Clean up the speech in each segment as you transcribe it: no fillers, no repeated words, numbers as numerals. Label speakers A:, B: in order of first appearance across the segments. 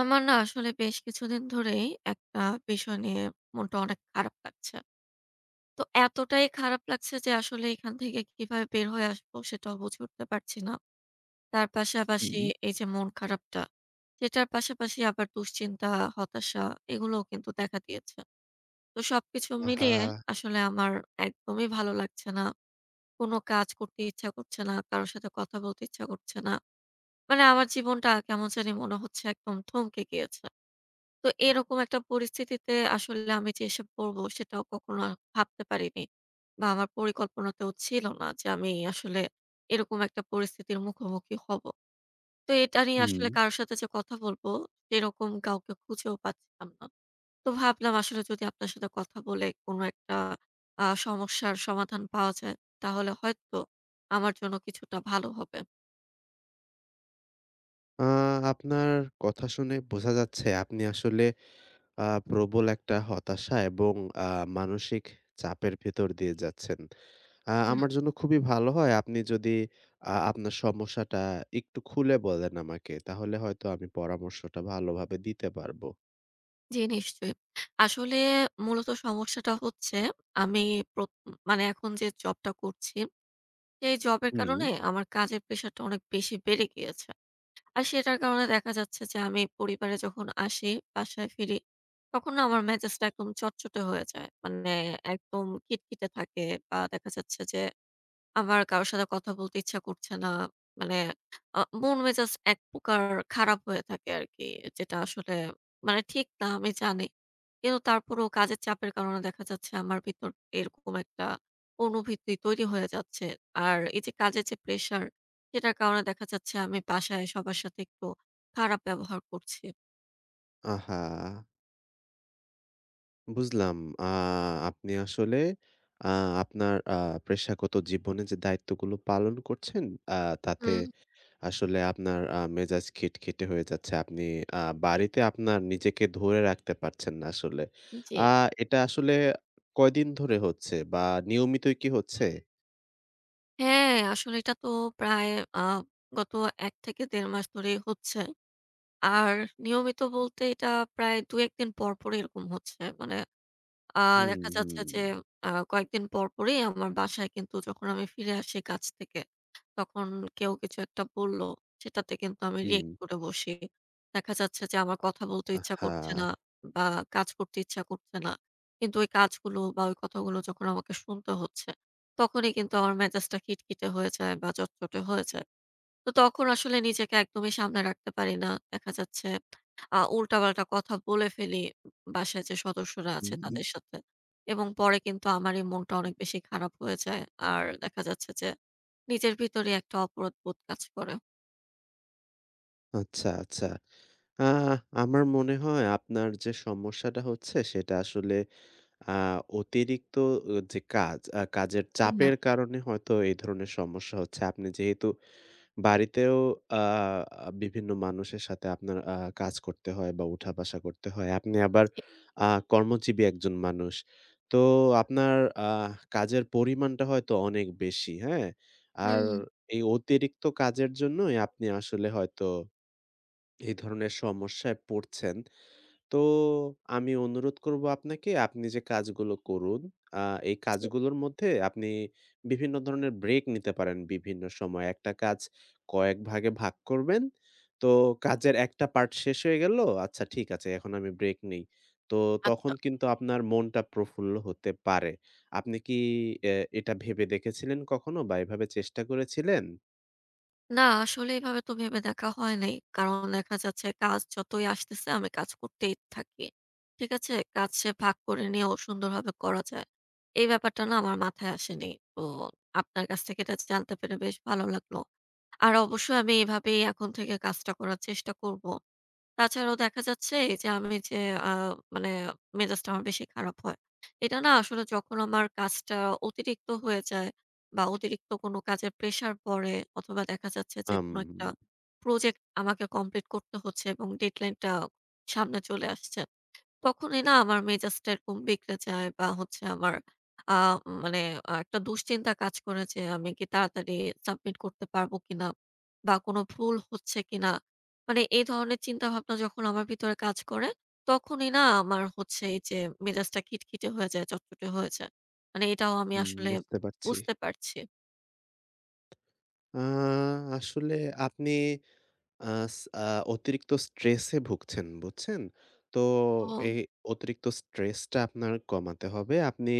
A: আমার না আসলে বেশ কিছুদিন ধরেই একটা বিষয় নিয়ে মনটা অনেক খারাপ লাগছে। তো এতটাই খারাপ লাগছে যে আসলে এখান থেকে কিভাবে বের হয়ে আসবো সেটাও বুঝে উঠতে পারছি না। তার
B: হুম।
A: পাশাপাশি এই যে মন খারাপটা, সেটার পাশাপাশি আবার দুশ্চিন্তা, হতাশা এগুলোও কিন্তু দেখা দিয়েছে। তো সবকিছু
B: আহা!
A: মিলিয়ে আসলে আমার একদমই ভালো লাগছে না। কোনো কাজ করতে ইচ্ছা করছে না, কারো সাথে কথা বলতে ইচ্ছা করছে না। মানে আমার জীবনটা কেমন জানি মনে হচ্ছে একদম থমকে গিয়েছে। তো এরকম একটা পরিস্থিতিতে আসলে আমি যে এসে পড়বো সেটাও কখনো ভাবতে পারিনি। বা আমার পরিকল্পনাতেও ছিল না যে আমি আসলে এরকম একটা পরিস্থিতির মুখোমুখি হব। তো এটা নিয়ে
B: হুম।
A: আসলে কারো সাথে যে কথা বলবো সেরকম কাউকে খুঁজেও পাচ্ছিলাম না। তো ভাবলাম আসলে যদি আপনার সাথে কথা বলে কোনো একটা সমস্যার সমাধান পাওয়া যায় তাহলে হয়তো আমার জন্য কিছুটা ভালো হবে।
B: আ আপনার কথা শুনে বোঝা যাচ্ছে আপনি আসলে প্রবল একটা হতাশা এবং আ মানসিক চাপের ভেতর দিয়ে যাচ্ছেন। আমার জন্য খুবই ভালো হয় আপনি যদি আপনার সমস্যাটা একটু খুলে বলেন আমাকে। তাহলে হয়তো আমি পরামর্শটা ভালোভাবে দিতে পারবো।
A: জি, নিশ্চয়ই। আসলে মূলত সমস্যাটা হচ্ছে আমি প্র মানে এখন যে জবটা করছি, সেই জবের
B: হুম।
A: কারণে আমার কাজের প্রেশারটা অনেক বেশি বেড়ে গিয়েছে। আর সেটার কারণে দেখা যাচ্ছে যে আমি পরিবারে যখন আসি, বাসায় ফিরি, তখন না আমার মেজাজটা একদম চটচটে হয়ে যায়। মানে একদম খিটখিটে থাকে বা দেখা যাচ্ছে যে আমার কারো সাথে কথা বলতে ইচ্ছা করছে না। মানে মন মেজাজ এক প্রকার খারাপ হয়ে থাকে আরকি। যেটা আসলে মানে ঠিক না আমি জানি। কিন্তু তারপরেও কাজের চাপের কারণে দেখা যাচ্ছে আমার ভিতর এরকম একটা অনুভূতি তৈরি হয়ে যাচ্ছে। আর এই যে কাজের যে প্রেশার সেটার কারণে দেখা যাচ্ছে আমি বাসায় সবার সাথে একটু খারাপ ব্যবহার করছি।
B: আহা! বুঝলাম। আ আপনি আসলে আ আপনার পেশাগত জীবনে যে দায়িত্বগুলো পালন করছেন আ তাতে
A: হুম।
B: আসলে আপনার মেজাজ খিটখিটে হয়ে যাচ্ছে। আপনি আ বাড়িতে আপনার নিজেকে ধরে রাখতে পারছেন না আসলে।
A: জি।
B: আ এটা আসলে কয়দিন ধরে হচ্ছে বা নিয়মিতই কি হচ্ছে?
A: হ্যাঁ, আসলে এটা তো প্রায় আ গত ১ থেকে ১.৫ মাস ধরেই হচ্ছে। আর নিয়মিত বলতে এটা প্রায় ২-১ দিন পর, পরই এরকম হচ্ছে। মানে আ
B: হুম,
A: দেখা যাচ্ছে
B: হুম,
A: যে কয়েকদিন পর, পরই আমার বাসায় কিন্তু যখন আমি ফিরে আসি কাজ থেকে, তখন কেউ কিছু একটা বলল, সেটাতে কিন্তু আমি
B: হুম।
A: রিঅ্যাক্ট করে বসি। দেখা যাচ্ছে যে আমার কথা বলতে ইচ্ছা
B: আহা!
A: করছে না বা কাজ করতে ইচ্ছা করছে না। কিন্তু ওই কাজগুলো বা ওই কথাগুলো যখন আমাকে শুনতে হচ্ছে, তখনই কিন্তু আমার মেজাজটা খিটখিটে হয়ে যায় বা চটচটে হয়ে যায়। তো তখন আসলে নিজেকে একদমই সামলে রাখতে পারি না। দেখা যাচ্ছে উল্টাপাল্টা কথা বলে ফেলি বাসায় যে সদস্যরা আছে
B: হুম,
A: তাদের সাথে। এবং পরে কিন্তু আমারই মনটা অনেক বেশি খারাপ হয়ে যায়। আর দেখা যাচ্ছে যে নিজের ভিতরে একটা অপরাধ বোধ কাজ করে।
B: আচ্ছা, আচ্ছা। আহ আমার মনে হয় আপনার যে সমস্যাটা হচ্ছে সেটা আসলে আ অতিরিক্ত যে কাজ, কাজের
A: না,
B: চাপের কারণে হয়তো এই ধরনের সমস্যা হচ্ছে। আপনি যেহেতু বাড়িতেও আ আ বিভিন্ন মানুষের সাথে আপনার কাজ করতে হয় বা উঠা-বসা করতে হয়। আপনি আবার
A: জি,
B: আ কর্মজীবী একজন মানুষ। তো আপনার আ কাজের পরিমাণটা হয়তো অনেক বেশি, হ্যাঁ? আর
A: হুম।
B: এই অতিরিক্ত কাজের জন্যই আপনি আসলে হয়তো এই ধরনের সমস্যায় পড়ছেন। তো আমি অনুরোধ করব আপনাকে আপনি যে কাজগুলো করুন, আ এই
A: জি,
B: কাজগুলোর মধ্যে আপনি বিভিন্ন ধরনের ব্রেক নিতে পারেন বিভিন্ন সময়। একটা কাজ কয়েক ভাগে ভাগ করবেন। তো কাজের একটা পার্ট শেষ হয়ে গেল, আচ্ছা ঠিক আছে এখন আমি ব্রেক নেই। তো তখন
A: আচ্ছা।
B: কিন্তু আপনার মনটা প্রফুল্ল হতে পারে। আপনি কি এ এটা ভেবে দেখেছিলেন কখনো বা এভাবে চেষ্টা করেছিলেন?
A: না, আসলে এভাবে তো ভেবে দেখা হয় নাই। কারণ দেখা যাচ্ছে কাজ যতই আসতেছে আমি কাজ করতেই থাকি। ঠিক আছে? কাজ সে ভাগ করে নিয়েও সুন্দরভাবে করা যায়। এই ব্যাপারটা না আমার মাথায় আসেনি। তো আপনার কাছ থেকে এটা জানতে পেরে বেশ ভালো লাগলো। আর অবশ্যই আমি এভাবেই এখন থেকে কাজটা করার চেষ্টা করব। তাছাড়াও দেখা যাচ্ছে যে আমি যে আ মানে মেজাজটা আমার বেশি খারাপ হয়। এটা না আসলে যখন আমার কাজটা অতিরিক্ত হয়ে যায় বা অতিরিক্ত কোনো কাজের প্রেশার পড়ে অথবা দেখা যাচ্ছে যে
B: আম
A: কোনো একটা প্রজেক্ট আমাকে কমপ্লিট করতে হচ্ছে এবং ডেডলাইনটা সামনে চলে আসছে। তখনই না আমার মেজাজটা এরকম বিগড়ে যায় বা হচ্ছে আমার আ মানে আ একটা দুশ্চিন্তা কাজ করে যে আমি কি তাড়াতাড়ি সাবমিট করতে পারবো কিনা বা কোনো ভুল হচ্ছে কিনা। মানে এই ধরনের চিন্তাভাবনা যখন আমার ভিতরে কাজ করে, তখনই না আমার হচ্ছে এই যে মেজাজটা খিটখিটে হয়ে যায়, চটচটে হয়ে যায়। মানে এটাও আমি
B: হুম,
A: আসলে
B: বুঝতে পারছি।
A: বুঝতে পারছি।
B: আ আসলে আপনি আস আ অতিরিক্ত স্ট্রেসে ভুগছেন, বুঝছেন? তো
A: ও
B: এই অতিরিক্ত স্ট্রেসটা আপনার কমাতে হবে। আপনি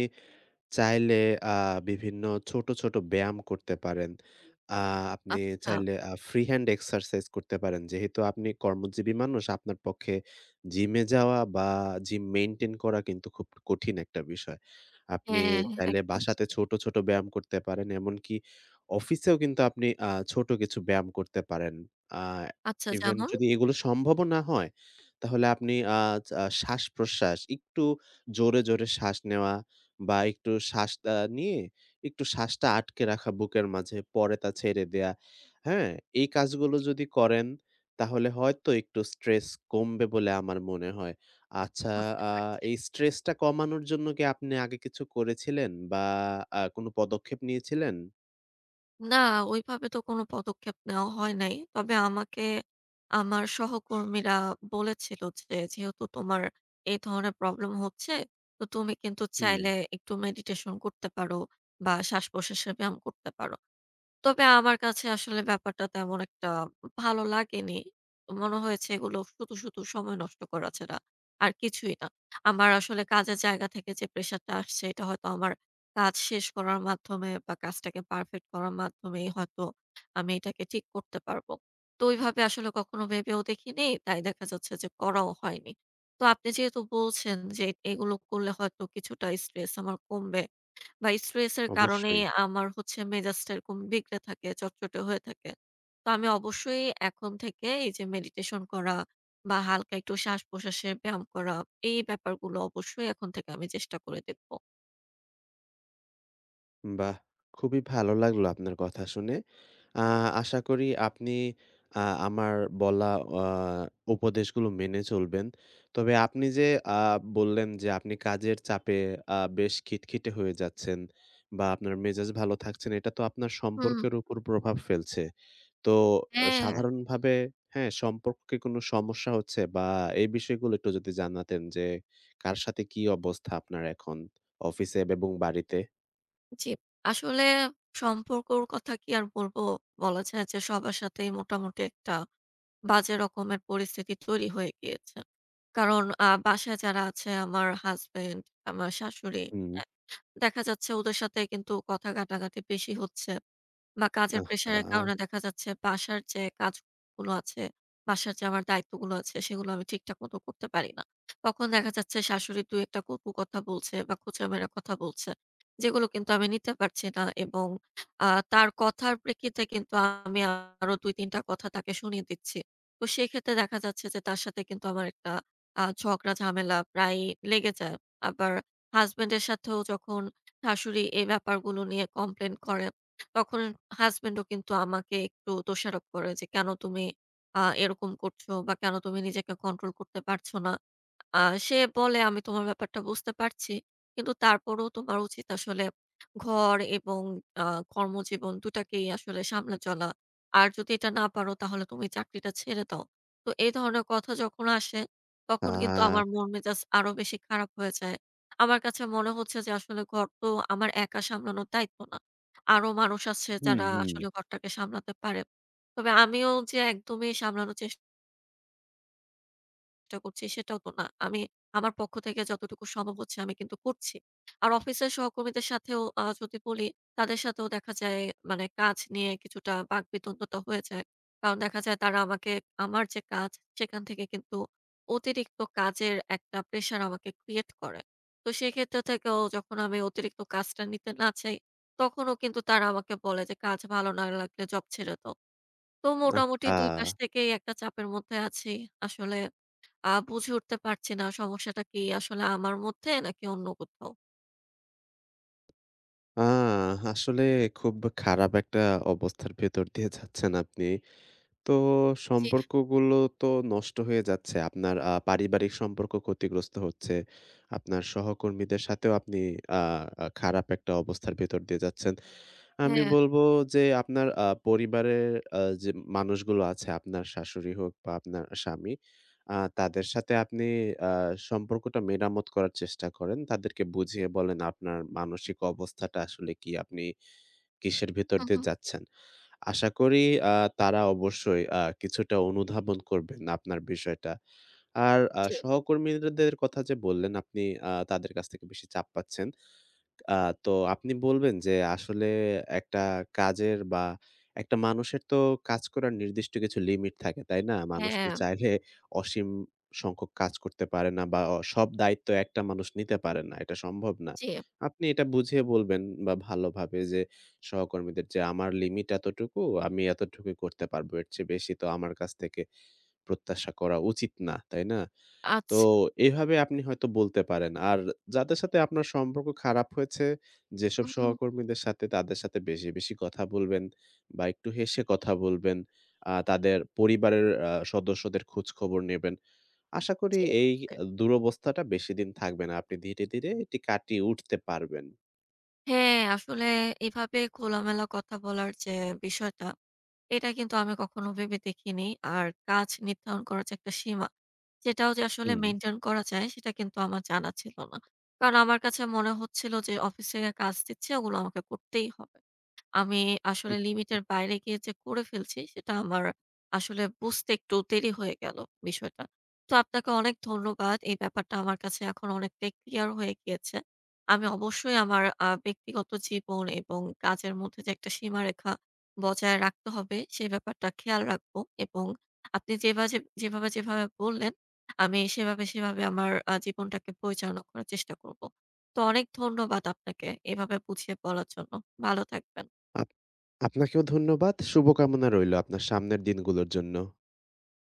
B: চাইলে আ বিভিন্ন ছোট, ছোট ব্যায়াম করতে পারেন। আ আপনি
A: আচ্ছা।
B: চাইলে ফ্রি হ্যান্ড এক্সারসাইজ করতে পারেন। যেহেতু আপনি কর্মজীবী মানুষ, আপনার পক্ষে জিমে যাওয়া বা জিম মেইনটেইন করা কিন্তু খুব কঠিন একটা বিষয়। আপনি
A: হ্যাঁ,
B: চাইলে
A: একদম।
B: বাসাতে ছোট, ছোট ব্যায়াম করতে পারেন। এমনকি অফিসেও কিন্তু আপনি ছোট কিছু ব্যায়াম করতে পারেন। আ
A: আচ্ছা
B: ইভেন
A: যেমন?
B: যদি এগুলো সম্ভবও না হয়, তাহলে আপনি আ আ শ্বাস-প্রশ্বাস একটু জোরে, জোরে শ্বাস নেওয়া বা একটু শ্বাসটা নিয়ে একটু শ্বাসটা আটকে রাখা বুকের মাঝে, পরে তা ছেড়ে দেয়া। হ্যাঁ? এই কাজগুলো যদি করেন তাহলে হয়তো একটু স্ট্রেস কমবে বলে আমার মনে হয়। আচ্ছা,
A: বুঝতে
B: আ
A: পারছি।
B: এই স্ট্রেসটা কমানোর জন্য কি আপনি আগে কিছু করেছিলেন বা কোনো পদক্ষেপ নিয়েছিলেন?
A: না, ওইভাবে তো কোনো পদক্ষেপ নেওয়া হয় নাই। তবে আমাকে আমার সহকর্মীরা বলেছিল যে, "যেহেতু তোমার এই ধরনের প্রবলেম হচ্ছে, তো তুমি কিন্তু
B: হুম,
A: চাইলে একটু মেডিটেশন করতে পারো বা শ্বাস-প্রশ্বাসের ব্যায়াম করতে পারো।" তবে আমার কাছে আসলে ব্যাপারটা তেমন একটা ভালো লাগেনি। মনে হয়েছে এগুলো শুধু সময় নষ্ট করা ছাড়া আর কিছুই না। আমার আসলে কাজের জায়গা থেকে যে প্রেশারটা আসছে এটা হয়তো আমার কাজ শেষ করার মাধ্যমে বা কাজটাকে পারফেক্ট করার মাধ্যমেই হয়তো আমি এটাকে ঠিক করতে পারবো। তো ওইভাবে আসলে কখনো ভেবেও দেখিনি। তাই দেখা যাচ্ছে যে করাও হয়নি। তো আপনি যেহেতু বলছেন যে এগুলো করলে হয়তো কিছুটা স্ট্রেস আমার কমবে বা স্ট্রেস এর কারণেই
B: অবশ্যই।
A: আমার হচ্ছে মেজাজটা এরকম বিগড়ে থাকে, চটচটে হয়ে থাকে। তো আমি অবশ্যই এখন থেকে এই যে মেডিটেশন করা বা হালকা একটু শ্বাস-প্রশ্বাসের ব্যায়াম করা, এই ব্যাপারগুলো অবশ্যই এখন থেকে আমি চেষ্টা করে দেখব।
B: বাহ! খুবই ভালো লাগলো আপনার কথা শুনে। আ আশা করি আপনি আমার বলা আ উপদেশগুলো মেনে চলবেন। তবে আপনি যে আ বললেন যে আপনি কাজের চাপে বেশ খিটখিটে হয়ে যাচ্ছেন বা আপনার মেজাজ ভালো থাকছে না, এটা তো আপনার
A: হুম।
B: সম্পর্কের উপর প্রভাব ফেলছে। তো
A: হ্যাঁ,
B: সাধারণভাবে হ্যাঁ, সম্পর্কে কোনো সমস্যা হচ্ছে বা এই বিষয়গুলো একটু যদি জানাতেন যে কার সাথে কি অবস্থা আপনার এখন অফিসে এবং বাড়িতে?
A: জি। আসলে সম্পর্কর কথা কি আর বলব? বলা যায় যে সবার সাথেই মোটামুটি একটা বাজে রকমের পরিস্থিতি তৈরি হয়ে গিয়েছে। কারণ বাসায় যারা আছে আমার হাসব্যান্ড, আমার শাশুড়ি
B: হুম।
A: দেখা যাচ্ছে ওদের সাথে কিন্তু কথা কাটাকাটি বেশি হচ্ছে। বা কাজের প্রেশারের
B: আহা!
A: কারণে দেখা যাচ্ছে বাসার যে কাজগুলো আছে, বাসার যে আমার দায়িত্বগুলো আছে সেগুলো আমি ঠিকঠাক মতো করতে পারি না। তখন দেখা যাচ্ছে শাশুড়ি ২ ১ টা কটু কথা বলছে বা খোঁচা মেরা কথা বলছে। যেগুলো কিন্তু আমি নিতে পারছি না এবং আ তার কথার প্রেক্ষিতে কিন্তু আমি আরো ২ ৩ টা কথা তাকে শুনিয়ে দিচ্ছি। তো সেক্ষেত্রে দেখা যাচ্ছে যে তার সাথে কিন্তু আমার একটা ঝগড়া ঝামেলা প্রায়ই লেগে যায়। আবার হাসব্যান্ড এর সাথেও যখন শাশুড়ি এই ব্যাপারগুলো নিয়ে কমপ্লেইন করে তখন হাসব্যান্ডও কিন্তু আমাকে একটু দোষারোপ করে যে, "কেন তুমি এরকম করছো বা কেন তুমি নিজেকে কন্ট্রোল করতে পারছো না?" আ সে বলে, "আমি তোমার ব্যাপারটা বুঝতে পারছি। কিন্তু তারপরেও তোমার উচিত আসলে ঘর এবং আ কর্মজীবন ২ টাকেই আসলে সামলে চলা। আর যদি এটা না পারো তাহলে তুমি চাকরিটা ছেড়ে দাও।" তো এই ধরনের কথা যখন আসে, তখন কিন্তু
B: আহা!
A: আমার মন মেজাজ আরো বেশি খারাপ হয়ে যায়। আমার কাছে মনে হচ্ছে যে আসলে ঘর তো আমার একা সামলানোর দায়িত্ব না। আরো মানুষ আছে
B: হুম,
A: যারা
B: হুম।
A: আসলে ঘরটাকে সামলাতে পারে। তবে আমিও যে একদমই সামলানোর চেষ্টা চেষ্টা করছি সেটাও তো না। আমি আমার পক্ষ থেকে যতটুকু সম্ভব হচ্ছে আমি কিন্তু করছি। আর অফিসের সহকর্মীদের সাথেও যদি বলি, তাদের সাথেও দেখা যায় মানে কাজ নিয়ে কিছুটা বাকবিতণ্ডতা হয়ে যায়। কারণ দেখা যায় তারা আমাকে আমার যে কাজ সেখান থেকে কিন্তু অতিরিক্ত কাজের একটা প্রেশার আমাকে ক্রিয়েট করে। তো সেক্ষেত্রে থেকেও যখন আমি অতিরিক্ত কাজটা নিতে না চাই, তখনও কিন্তু তারা আমাকে বলে যে, "কাজ ভালো না লাগলে জব ছেড়ে দাও।" তো মোটামুটি
B: আহা!
A: ২ পাশ থেকেই একটা চাপের মধ্যে আছি। আসলে বুঝে উঠতে পারছি না সমস্যাটা কি আসলে আমার মধ্যে নাকি অন্য কোথাও।
B: আ আসলে খুব খারাপ একটা অবস্থার ভেতর দিয়ে যাচ্ছেন আপনি। তো
A: জি,
B: সম্পর্কগুলো তো নষ্ট হয়ে যাচ্ছে। আপনার পারিবারিক সম্পর্ক ক্ষতিগ্রস্ত হচ্ছে। আপনার সহকর্মীদের সাথেও আপনি আ আ খারাপ একটা অবস্থার ভেতর দিয়ে যাচ্ছেন। আমি
A: হ্যাঁ।
B: বলব যে আপনার পরিবারের যে মানুষগুলো আছে, আপনার শাশুড়ি হোক বা আপনার স্বামী, তাদের সাথে আপনি আ সম্পর্কটা মেরামত করার চেষ্টা করেন। তাদেরকে বুঝিয়ে বলেন আপনার মানসিক অবস্থাটা আসলে কি? আপনি কিসের ভেতর
A: হু,
B: দিয়ে
A: হু।
B: যাচ্ছেন? আশা করি আ তারা অবশ্যই কিছুটা অনুধাবন করবেন আপনার বিষয়টা। আর
A: জি,
B: সহকর্মীদের কথা যে বললেন আপনি তাদের কাছ থেকে বেশি চাপ পাচ্ছেন। আ তো আপনি বলবেন যে আসলে একটা কাজের বা একটা মানুষের তো কাজ করার নির্দিষ্ট কিছু লিমিট থাকে, তাই না? মানুষ তো
A: হ্যাঁ,
B: চাইলে অসীম সংখ্যক কাজ করতে পারে না বা সব দায়িত্ব একটা মানুষ নিতে পারে না। এটা সম্ভব না।
A: জি।
B: আপনি এটা বুঝিয়ে বলবেন বা ভালোভাবে যে সহকর্মীদের যে আমার লিমিট এতটুকু, আমি এতটুকুই করতে পারবো। এর চেয়ে বেশি তো আমার কাছ থেকে প্রত্যাশা করা উচিত না, তাই না? তো
A: আচ্ছা।
B: এভাবে আপনি হয়তো বলতে পারেন। আর যাদের সাথে আপনার সম্পর্ক খারাপ হয়েছে, যেসব
A: হু, হু।
B: সহকর্মীদের সাথে তাদের সাথে বেশি, বেশি কথা বলবেন বা একটু হেসে কথা বলবেন। তাদের পরিবারের সদস্যদের খোঁজখবর নেবেন। আশা করি
A: জি,
B: এই
A: বুঝতে পেরেছি।
B: দুরবস্থাটা বেশিদিন থাকবে না। আপনি ধীরে, ধীরে এটি কাটিয়ে উঠতে পারবেন।
A: হ্যাঁ, আসলে এভাবে খোলামেলা কথা বলার যে বিষয়টা, এটা কিন্তু আমি কখনো ভেবে দেখিনি। আর কাজ নির্ধারণ করার যে একটা সীমা, সেটাও যে আসলে
B: হুম।
A: মেইনটেইন করা যায় সেটা কিন্তু আমার জানা ছিল না। কারণ আমার কাছে মনে হচ্ছিল যে অফিস থেকে কাজ দিচ্ছে ওগুলো আমাকে করতেই হবে। আমি আসলে লিমিটের বাইরে গিয়ে যে করে ফেলছি সেটা আমার আসলে বুঝতে একটু দেরি হয়ে গেল বিষয়টা। তো আপনাকে অনেক ধন্যবাদ। এই ব্যাপারটা আমার কাছে এখন অনেকটাই ক্লিয়ার হয়ে গিয়েছে। আমি অবশ্যই আমার ব্যক্তিগত জীবন এবং কাজের মধ্যে যে একটা সীমারেখা বজায় রাখতে হবে সে ব্যাপারটা খেয়াল রাখব এবং আপনি যেভাবে যেভাবে যেভাবে বললেন আমি সেভাবে, সেভাবে আমার জীবনটাকে পরিচালনা করার চেষ্টা করব। তো অনেক ধন্যবাদ আপনাকে এভাবে বুঝিয়ে বলার জন্য। ভালো থাকবেন।
B: আপ আপনাকেও ধন্যবাদ। শুভকামনা রইলো আপনার সামনের দিনগুলোর জন্য।